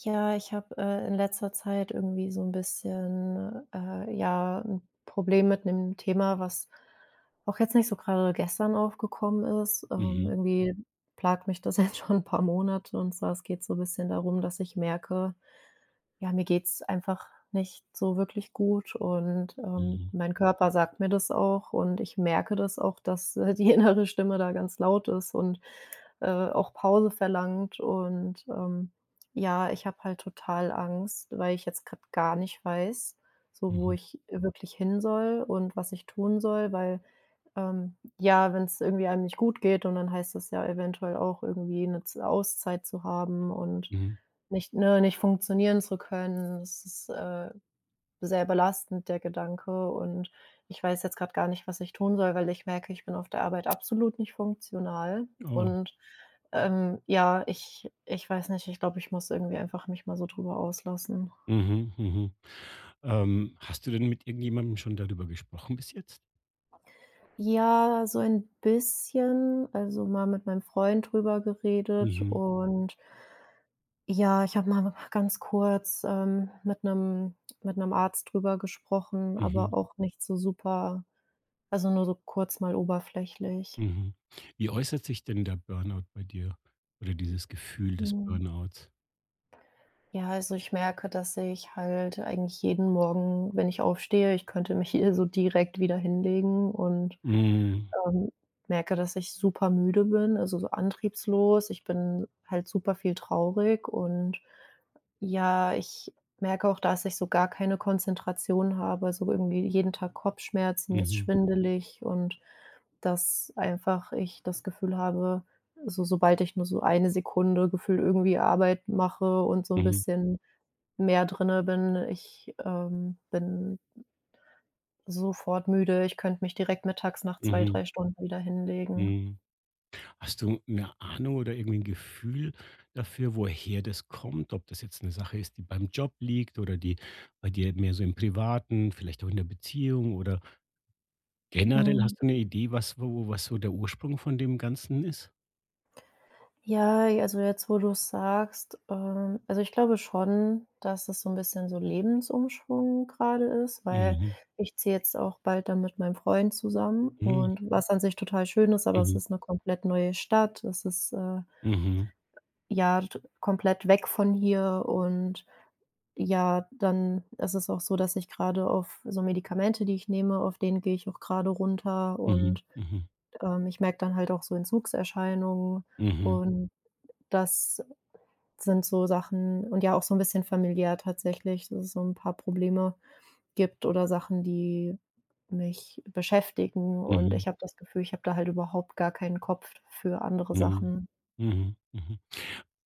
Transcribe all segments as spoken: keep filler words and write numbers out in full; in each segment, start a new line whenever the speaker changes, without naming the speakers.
Ja, ich habe, äh, in letzter Zeit irgendwie so ein bisschen, äh, ja, ein Problem mit einem Thema, was auch jetzt nicht so gerade gestern aufgekommen ist. Ähm,
Mhm,
irgendwie plagt mich das jetzt schon ein paar Monate, und zwar es geht so ein bisschen darum, dass ich merke, ja, mir geht's einfach nicht so wirklich gut und, ähm,
mhm,
mein Körper sagt mir das auch und ich merke das auch, dass, äh, die innere Stimme da ganz laut ist und äh, auch Pause verlangt und, ähm, ja, ich habe halt total Angst, weil ich jetzt gerade gar nicht weiß, so wo
mhm,
ich wirklich hin soll und was ich tun soll, weil, ähm, ja, wenn es irgendwie einem nicht gut geht und dann heißt das ja eventuell auch irgendwie eine Z Auszeit zu haben und
mhm.
nicht ne, nicht funktionieren zu können. Das ist, äh, sehr belastend, der Gedanke. Und ich weiß jetzt gerade gar nicht, was ich tun soll, weil ich merke, ich bin auf der Arbeit absolut nicht funktional.
Oh,
Und, ähm, ja, ich ich weiß nicht, ich glaube, ich muss irgendwie einfach mich mal so drüber auslassen.
mhm, mhm. Ähm, hast du denn mit irgendjemandem schon darüber gesprochen bis jetzt?
Ja, so ein bisschen, also mal mit meinem Freund drüber geredet
Mhm,
und ja, ich habe mal ganz kurz, ähm, mit einem mit einem Arzt drüber gesprochen, aber
mhm,
auch nicht so super also, nur so kurz mal oberflächlich.
mhm. Wie äußert sich denn der Burnout bei dir oder dieses Gefühl des
Mhm.
Burnouts?
Ja, also ich merke, dass ich halt eigentlich jeden Morgen, wenn ich aufstehe, ich könnte mich hier so direkt wieder hinlegen und,
Mhm,
ähm, merke, dass ich super müde bin, also so antriebslos. Ich bin halt super viel traurig und ja, ich merke auch, dass ich so gar keine Konzentration habe, also irgendwie jeden Tag Kopfschmerzen, mir ist
mhm,
schwindelig und dass einfach ich das Gefühl habe, so sobald ich nur so eine Sekunde gefühlt irgendwie Arbeit mache und so ein
mhm,
bisschen mehr drinne bin, ich, ähm, bin sofort müde. Ich könnte mich direkt mittags nach zwei
mhm,
drei Stunden wieder hinlegen.
mhm. Hast du eine Ahnung oder irgendwie ein Gefühl dafür, woher das kommt? Ob das jetzt eine Sache ist, die beim Job liegt oder die bei dir mehr so im Privaten, vielleicht auch in der Beziehung oder generell
Hm,
hast du eine Idee, was wo was so der Ursprung von dem Ganzen ist?
ja, also jetzt, wo du's sagst, ähm also ich glaube schon, dass es so ein bisschen so Lebensumschwung gerade ist, weil
Mhm.
ich ziehe jetzt auch bald dann mit meinem Freund zusammen
Mhm.
und was an sich total schön ist, aber es
Mhm.
ist eine komplett neue Stadt. Es ist, äh
Mhm.
ja, d komplett weg von hier und ja, dann ist es auch so, dass ich gerade auf so Medikamente, die ich nehme, auf denen gehe ich auch gerade runter
Mhm.
und,
Mhm.
ähm, ich merke dann halt auch so Entzugserscheinungen
Mhm.
und das sind so Sachen und ja, auch so ein bisschen familiär tatsächlich, dass es so ein paar Probleme gibt oder Sachen, die mich beschäftigen und
Mhm.
ich habe das Gefühl, ich habe da halt überhaupt gar keinen Kopf für andere
Mhm.
Sachen.
Mhm. Mhm.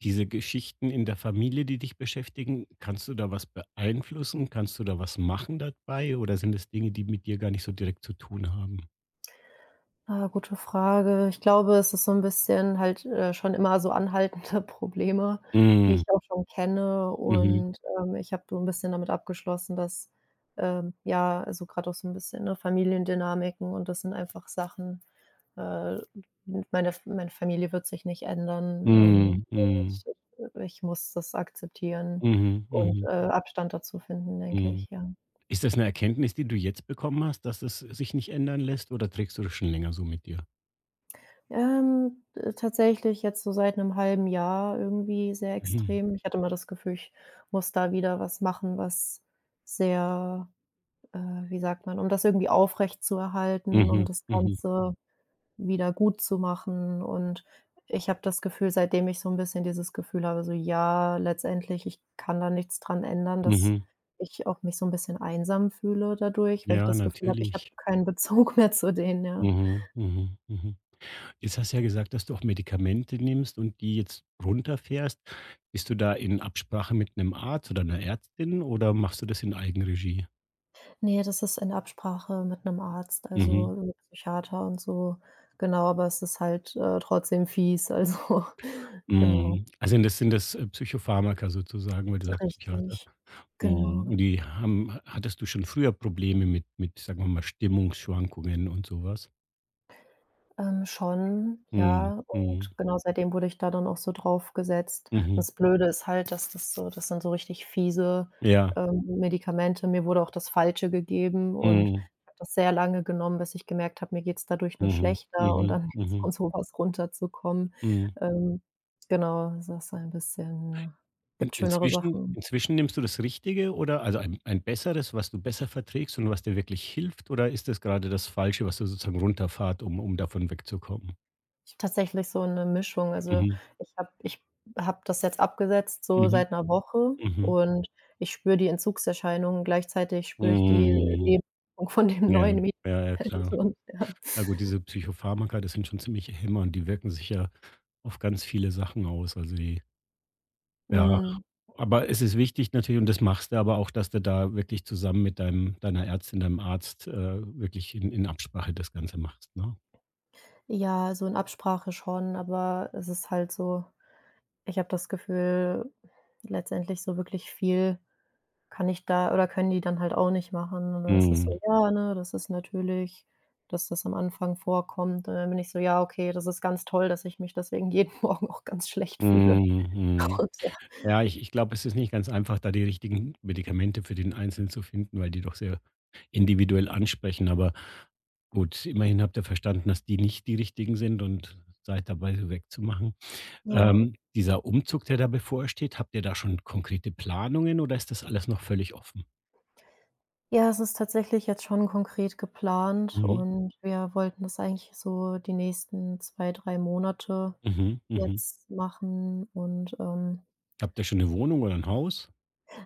Diese Geschichten in der Familie, die dich beschäftigen, kannst du da was beeinflussen? Kannst du da was machen dabei oder sind es Dinge, die mit dir gar nicht so direkt zu tun haben?
Ah, gute Frage. Ich glaube, es ist so 'n bisschen halt, äh, schon immer so anhaltende Probleme, die
Mhm.
ich auch schon kenne
Mhm.
und, ähm, ich habe so 'n bisschen damit abgeschlossen, dass, ähm, ja, also, grad auch so 'n bisschen, ne, Familiendynamiken und das sind einfach Sachen, äh, m meine F meine Familie wird sich nicht ändern, ähm,
Mhm. Mhm.
und ich muss das akzeptieren
Mhm.
und, äh,
Mhm.
Abstand dazu finden, denke
Mhm.
ich, ja.
Ist das eine Erkenntnis, die du jetzt bekommen hast, dass es sich nicht ändern lässt oder trägst du das schon länger so mit dir?
Ähm, äh, tatsächlich jetzt so seit einem halben Jahr irgendwie sehr
Mhm.
extrem. Ich hatte immer das Gefühl, ich muss da wieder was machen, was sehr, äh, wie sagt man, um das irgendwie aufrechtzuerhalten, um
Mhm,
das
mhm,
Ganze wieder gut zu machen. Und ich habe das Gefühl, seitdem ich so ein bisschen dieses Gefühl habe, so: „Ja, letztendlich, ich kann da nichts dran ändern“, dass
mhm.
ich auch mich so ein bisschen einsam fühle dadurch, weil ich
Ja,
das Gefühl habe, ich habe
natürlich.
keinen Bezug mehr zu denen, ja.
Mhm, mhm, mhm. Jetzt hast du ja gesagt, dass du auch Medikamente nimmst und die jetzt runterfährst. Bist du da in Absprache mit einem Arzt oder einer Ärztin oder machst du das in Eigenregie?
Ne, das ist in Absprache mit 'nem Arzt, also
Mhm,
mit 'nem Psychiater und so. Genau, aber es ist halt, äh, trotzdem fies, also genau,
mhm. Also, das sind das, äh, Psychopharmaka sozusagen, weil du sagst Psychiater.
richtig.
Mhm,
Genau.
und die haben hattest du schon früher Probleme mit mit, sagen wir mal, Stimmungsschwankungen und so was?
Ähm, schon,
Mhm,
ja.
mhm,
Und genau, seitdem wurde ich da dann auch so drauf gesetzt. Und
mhm.
das Blöde ist halt, dass das so, das sind so richtig fiese,
Ja.
ähm, Medikamente. Mir wurde auch das Falsche gegeben und
Mhm,
ich habe das sehr lange genommen, bis ich gemerkt habe, mir geht's dadurch nur
mhm,
schlechter und
mhm,
dann
mhm,
jetzt
mhm.
von so was runterzukommen.
Mhm.
Ähm, genau, das ist ein bisschen ne, gibt
Und
schönere
inzwischen
Sachen.
inzwischen nimmst du das Richtige oder also ein ein besseres, was du besser verträgst und was dir wirklich hilft, oder ist das gerade das Falsche, was du sozusagen runterfahrt, um um davon wegzukommen?
Ich, tatsächlich so 'ne Mischung. Also,
Mhm.
ich habe ich habe das jetzt abgesetzt so
Mhm.
seit 'ner Woche
Mhm.
und ich spüre die Entzugserscheinungen, gleichzeitig spüre ich die
Mhm.
Nebenwirkung von dem
Ja.
neuen Medikament
Ja, ja, klar.
und ja.
Na gut, diese Psychopharmaka, das sind schon ziemliche Hämmer und die wirken sich ja auf ganz viele Sachen aus. Also, die ja.
Hm,
Aber es ist wichtig natürlich, und das machst du aber auch, dass du da wirklich zusammen mit deinem deiner Ärztin, deinem Arzt, äh, wirklich in in Absprache das Ganze machst, ne?
ja, so in Absprache schon, aber es ist halt so, ich habe das Gefühl, letztendlich so wirklich viel kann ich da oder können die dann halt auch nicht machen und dann ist es so:
Mhm.
„Ja, ne, das ist natürlich, dass das am Anfang vorkommt.“ Und dann bin ich so: „Ja, okay, das ist ganz toll, dass ich mich deswegen jeden Morgen auch ganz schlecht fühle.“
Mhm, mhm.
Und ja.
Ja, ich ich glaube, es ist nicht ganz einfach, da die richtigen Medikamente für den Einzelnen zu finden, weil die doch sehr individuell ansprechen. Aber gut, immerhin habt ihr verstanden, dass die nicht die richtigen sind und seid dabei, sie wegzumachen.
Ja.
Ähm, dieser Umzug, der da bevorsteht, habt ihr da schon konkrete Planungen oder ist das alles noch völlig offen?
Ja, es ist tatsächlich jetzt schon konkret geplant
Mhm,
und wir wollten das eigentlich so die nächsten zwei drei Monate
mhm, mhm.
jetzt machen und, ähm,
Habt ihr schon eine Wohnung oder ein Haus?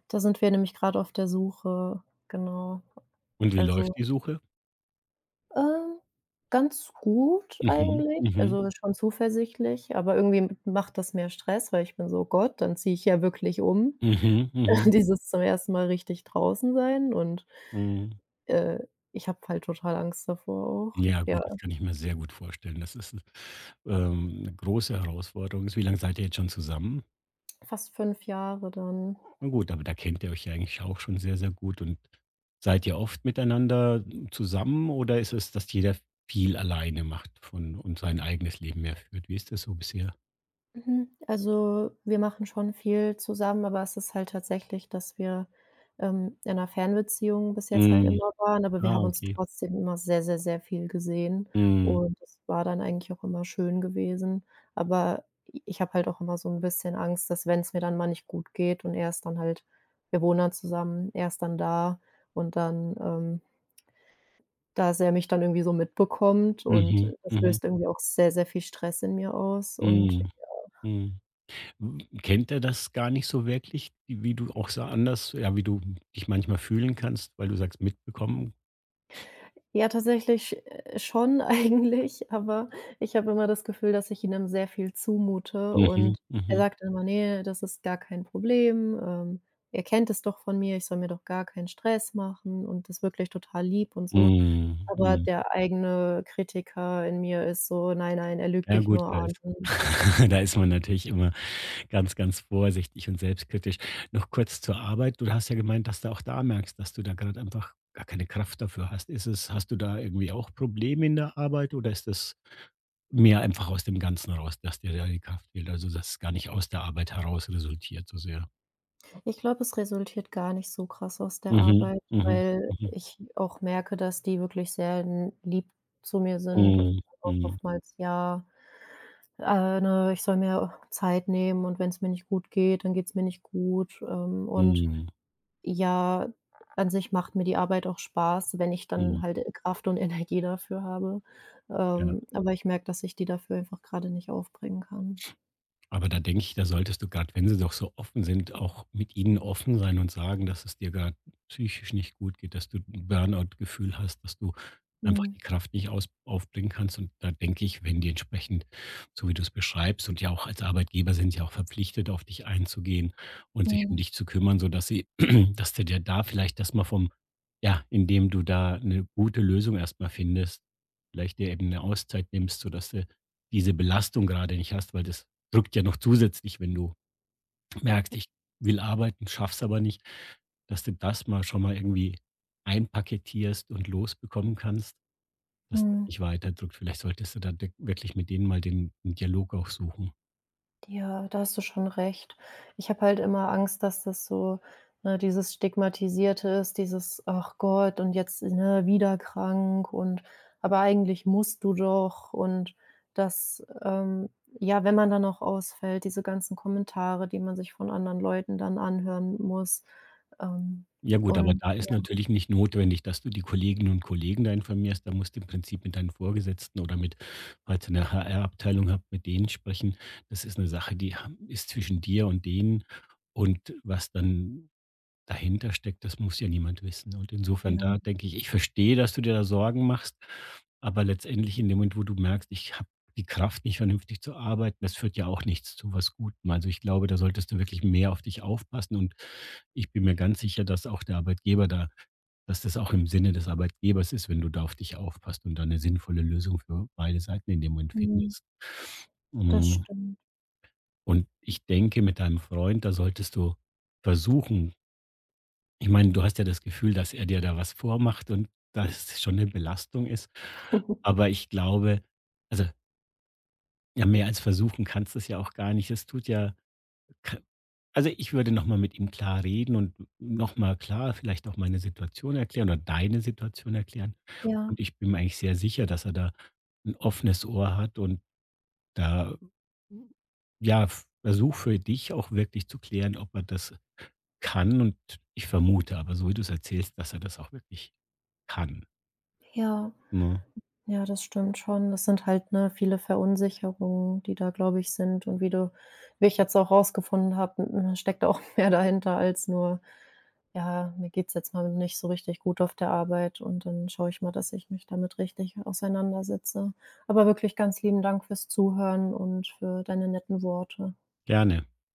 da sind wir nämlich grad auf der Suche, genau.
Und wie
Also,
läuft die Suche?
Ähm, ganz gut
Mhm,
eigentlich,
mhm,
also schon zuversichtlich, aber irgendwie m macht das mehr Stress, weil ich bin so: „Gott, dann ziehe ich ja wirklich um.“
mhm, mhm,
Dieses zum ersten Mal richtig draußen sein und,
mhm.
äh, ich habe halt total Angst davor auch.
Ja
Ja,
gut, das kann ich mir sehr gut vorstellen. Das ist 'n ähm, 'ne große Herausforderung. Wie lange seid ihr jetzt schon zusammen?
fast fünf Jahre dann.
Na gut, aber da kennt ihr euch ja eigentlich auch schon sehr, sehr gut, und seid ihr oft miteinander zusammen oder ist es, dass jeder viel alleine macht von und sein eigenes Leben mehr führt? Wie ist das so bisher?
Mhm. Also, wir machen schon viel zusammen, aber es ist halt tatsächlich, dass wir, ähm, in einer Fernbeziehung bis jetzt halt
Mhm.
immer waren, aber wir
Ah,
haben uns
okay.
trotzdem immer sehr, sehr, sehr viel gesehen
Mhm.
und das war dann eigentlich auch immer schön gewesen. Aber ich habe halt auch immer so ein bisschen Angst, dass wenn es mir dann mal nicht gut geht und er ist dann halt, wir wohnen dann zusammen, er ist dann da und dann, ähm dass er mich dann irgendwie so mitbekommt und
Mhm.
das
Mhm.
löst irgendwie auch sehr, sehr viel Stress in mir aus und
Mhm. Mhm. Hm, kennt er das gar nicht so wirklich, wie du auch so anders, ja, wie du dich manchmal fühlen kannst, weil du sagst, mitbekommen.
ja, tatsächlich, äh, schon eigentlich, aber ich habe immer das Gefühl, dass ich ihm sehr viel zumute
Mhm,
und er
mhm.
sagt dann immer: „Nee, das ist gar kein Problem, ähm, er kennt es doch von mir, ich soll mir doch gar keinen Stress machen“ und ist wirklich total lieb und so.
Mhm,
Aber
mhm.
der eigene Kritiker in mir ist so: „Nein, nein, er lügt
Ja
dich
gut,
nur
da
an.“
ist da ist man natürlich immer ganz, ganz vorsichtig und selbstkritisch. Noch kurz zur Arbeit. Du hast ja gemeint, dass du auch da merkst, dass du da gerade einfach gar keine Kraft dafür hast. Ist es, hast du da irgendwie auch Probleme in der Arbeit oder ist das mehr einfach aus dem Ganzen raus, dass dir da die Kraft fehlt? Also, dass es gar nicht aus der Arbeit heraus resultiert so sehr?
Ich glaube, es resultiert gar nicht so krass aus der
Mhm,
Arbeit,
mhm,
weil
mhm.
ich auch merke, dass die wirklich sehr n lieb zu mir sind und
Mhm,
auch
mhm,
oftmals ja. Äh, ne, ich soll mir Zeit nehmen und wenn es mir nicht gut geht, dann geht es mir nicht gut. Ähm, und
mhm,
ja, an sich macht mir die Arbeit auch Spaß, wenn ich dann
mhm.
halt Kraft und Energie dafür habe.
Ja.
Ähm, aber ich merke, dass ich die dafür einfach gerade nicht aufbringen kann.
Aber da denke ich, da solltest du gerade, wenn sie doch so offen sind, auch mit ihnen offen sein und sagen, dass es dir gerade psychisch nicht gut geht, dass du 'n Burnout-Gefühl hast, dass du einfach
Mhm.
die Kraft nicht aus aufbringen kannst. Und da denke ich, wenn die entsprechend, so wie du es beschreibst und ja auch als Arbeitgeber, sind sie auch verpflichtet, auf dich einzugehen und sich um
Mhm.
dich zu kümmern, sodass sie dass du dir da vielleicht das mal vom, ja, indem du da eine gute Lösung erst mal findest, vielleicht dir eben eine Auszeit nimmst, sodass du diese Belastung gerade nicht hast, weil das drückt ja noch zusätzlich, wenn du merkst, ich will arbeiten, schaff's aber nicht, dass du das mal schon mal irgendwie einpaketierst und losbekommen kannst, dass das
Mhm.
dich weiterdrückt. Vielleicht solltest du da de wirklich mit denen mal den den Dialog auch suchen.
Ja, da hast du schon recht. Ich habe halt immer Angst, dass das so, ne, dieses Stigmatisierte ist, dieses: „Ach Gott, und jetzt, ne, wieder krank und aber eigentlich musst du doch.“ Und das, ähm ja, wenn man dann auch ausfällt, diese ganzen Kommentare, die man sich von anderen Leuten dann anhören muss. Ähm,
Ja gut, aber
und
da
ja,
ist natürlich nicht notwendig, dass du die Kolleginnen und Kollegen da informierst. Da musst du im Prinzip mit deinen Vorgesetzten oder mit, falls ihr 'ne H R-Abteilung habt, mit denen sprechen. Das ist eine Sache, die ha ist zwischen dir und denen, und was dann dahinter steckt, das muss ja niemand wissen. Und insofern,
ja,
da denke ich, ich verstehe, dass du dir da Sorgen machst, aber letztendlich in dem Moment, wo du merkst, ich habe die Kraft nicht, vernünftig zu arbeiten, das führt ja auch nichts zu was Gutem. Also ich glaube, da solltest du wirklich mehr auf dich aufpassen, und ich bin mir ganz sicher, dass auch der Arbeitgeber da dass das auch im Sinne des Arbeitgebers ist, wenn du da auf dich aufpasst und da eine sinnvolle Lösung für beide Seiten in dem Moment
mhm,
findest.
das
Mm,
stimmt.
und ich denke, mit deinem Freund, da solltest du versuchen, ich meine, du hast ja das Gefühl, dass er dir da was vormacht und dass es schon 'ne Belastung ist. Aber ich glaube, also, ja, mehr als versuchen kannst du's ja auch gar nicht. Es tut ja k also, ich würde noch mal mit ihm klar reden und noch mal klar vielleicht auch meine Situation erklären oder deine Situation erklären.
Ja,
Und ich bin mir eigentlich sehr sicher, dass er da 'n offenes Ohr hat und da, ja, Versuch für dich auch wirklich zu klären, ob er das kann, und ich vermute aber so, wie du es erzählst, dass er das auch wirklich kann,
ja.
ne?
Ja, das stimmt schon. Das sind halt, ne, viele Verunsicherungen, die da, glaube ich, sind. Und wie du wie ich jetzt auch rausgefunden habe, m m- steckt auch mehr dahinter als nur: „Ja, mir geht's jetzt mal nicht so richtig gut auf der Arbeit und dann schaue ich mal, dass ich mich damit richtig auseinandersetze.“ Aber wirklich ganz lieben Dank fürs Zuhören und für deine netten Worte.
Gerne.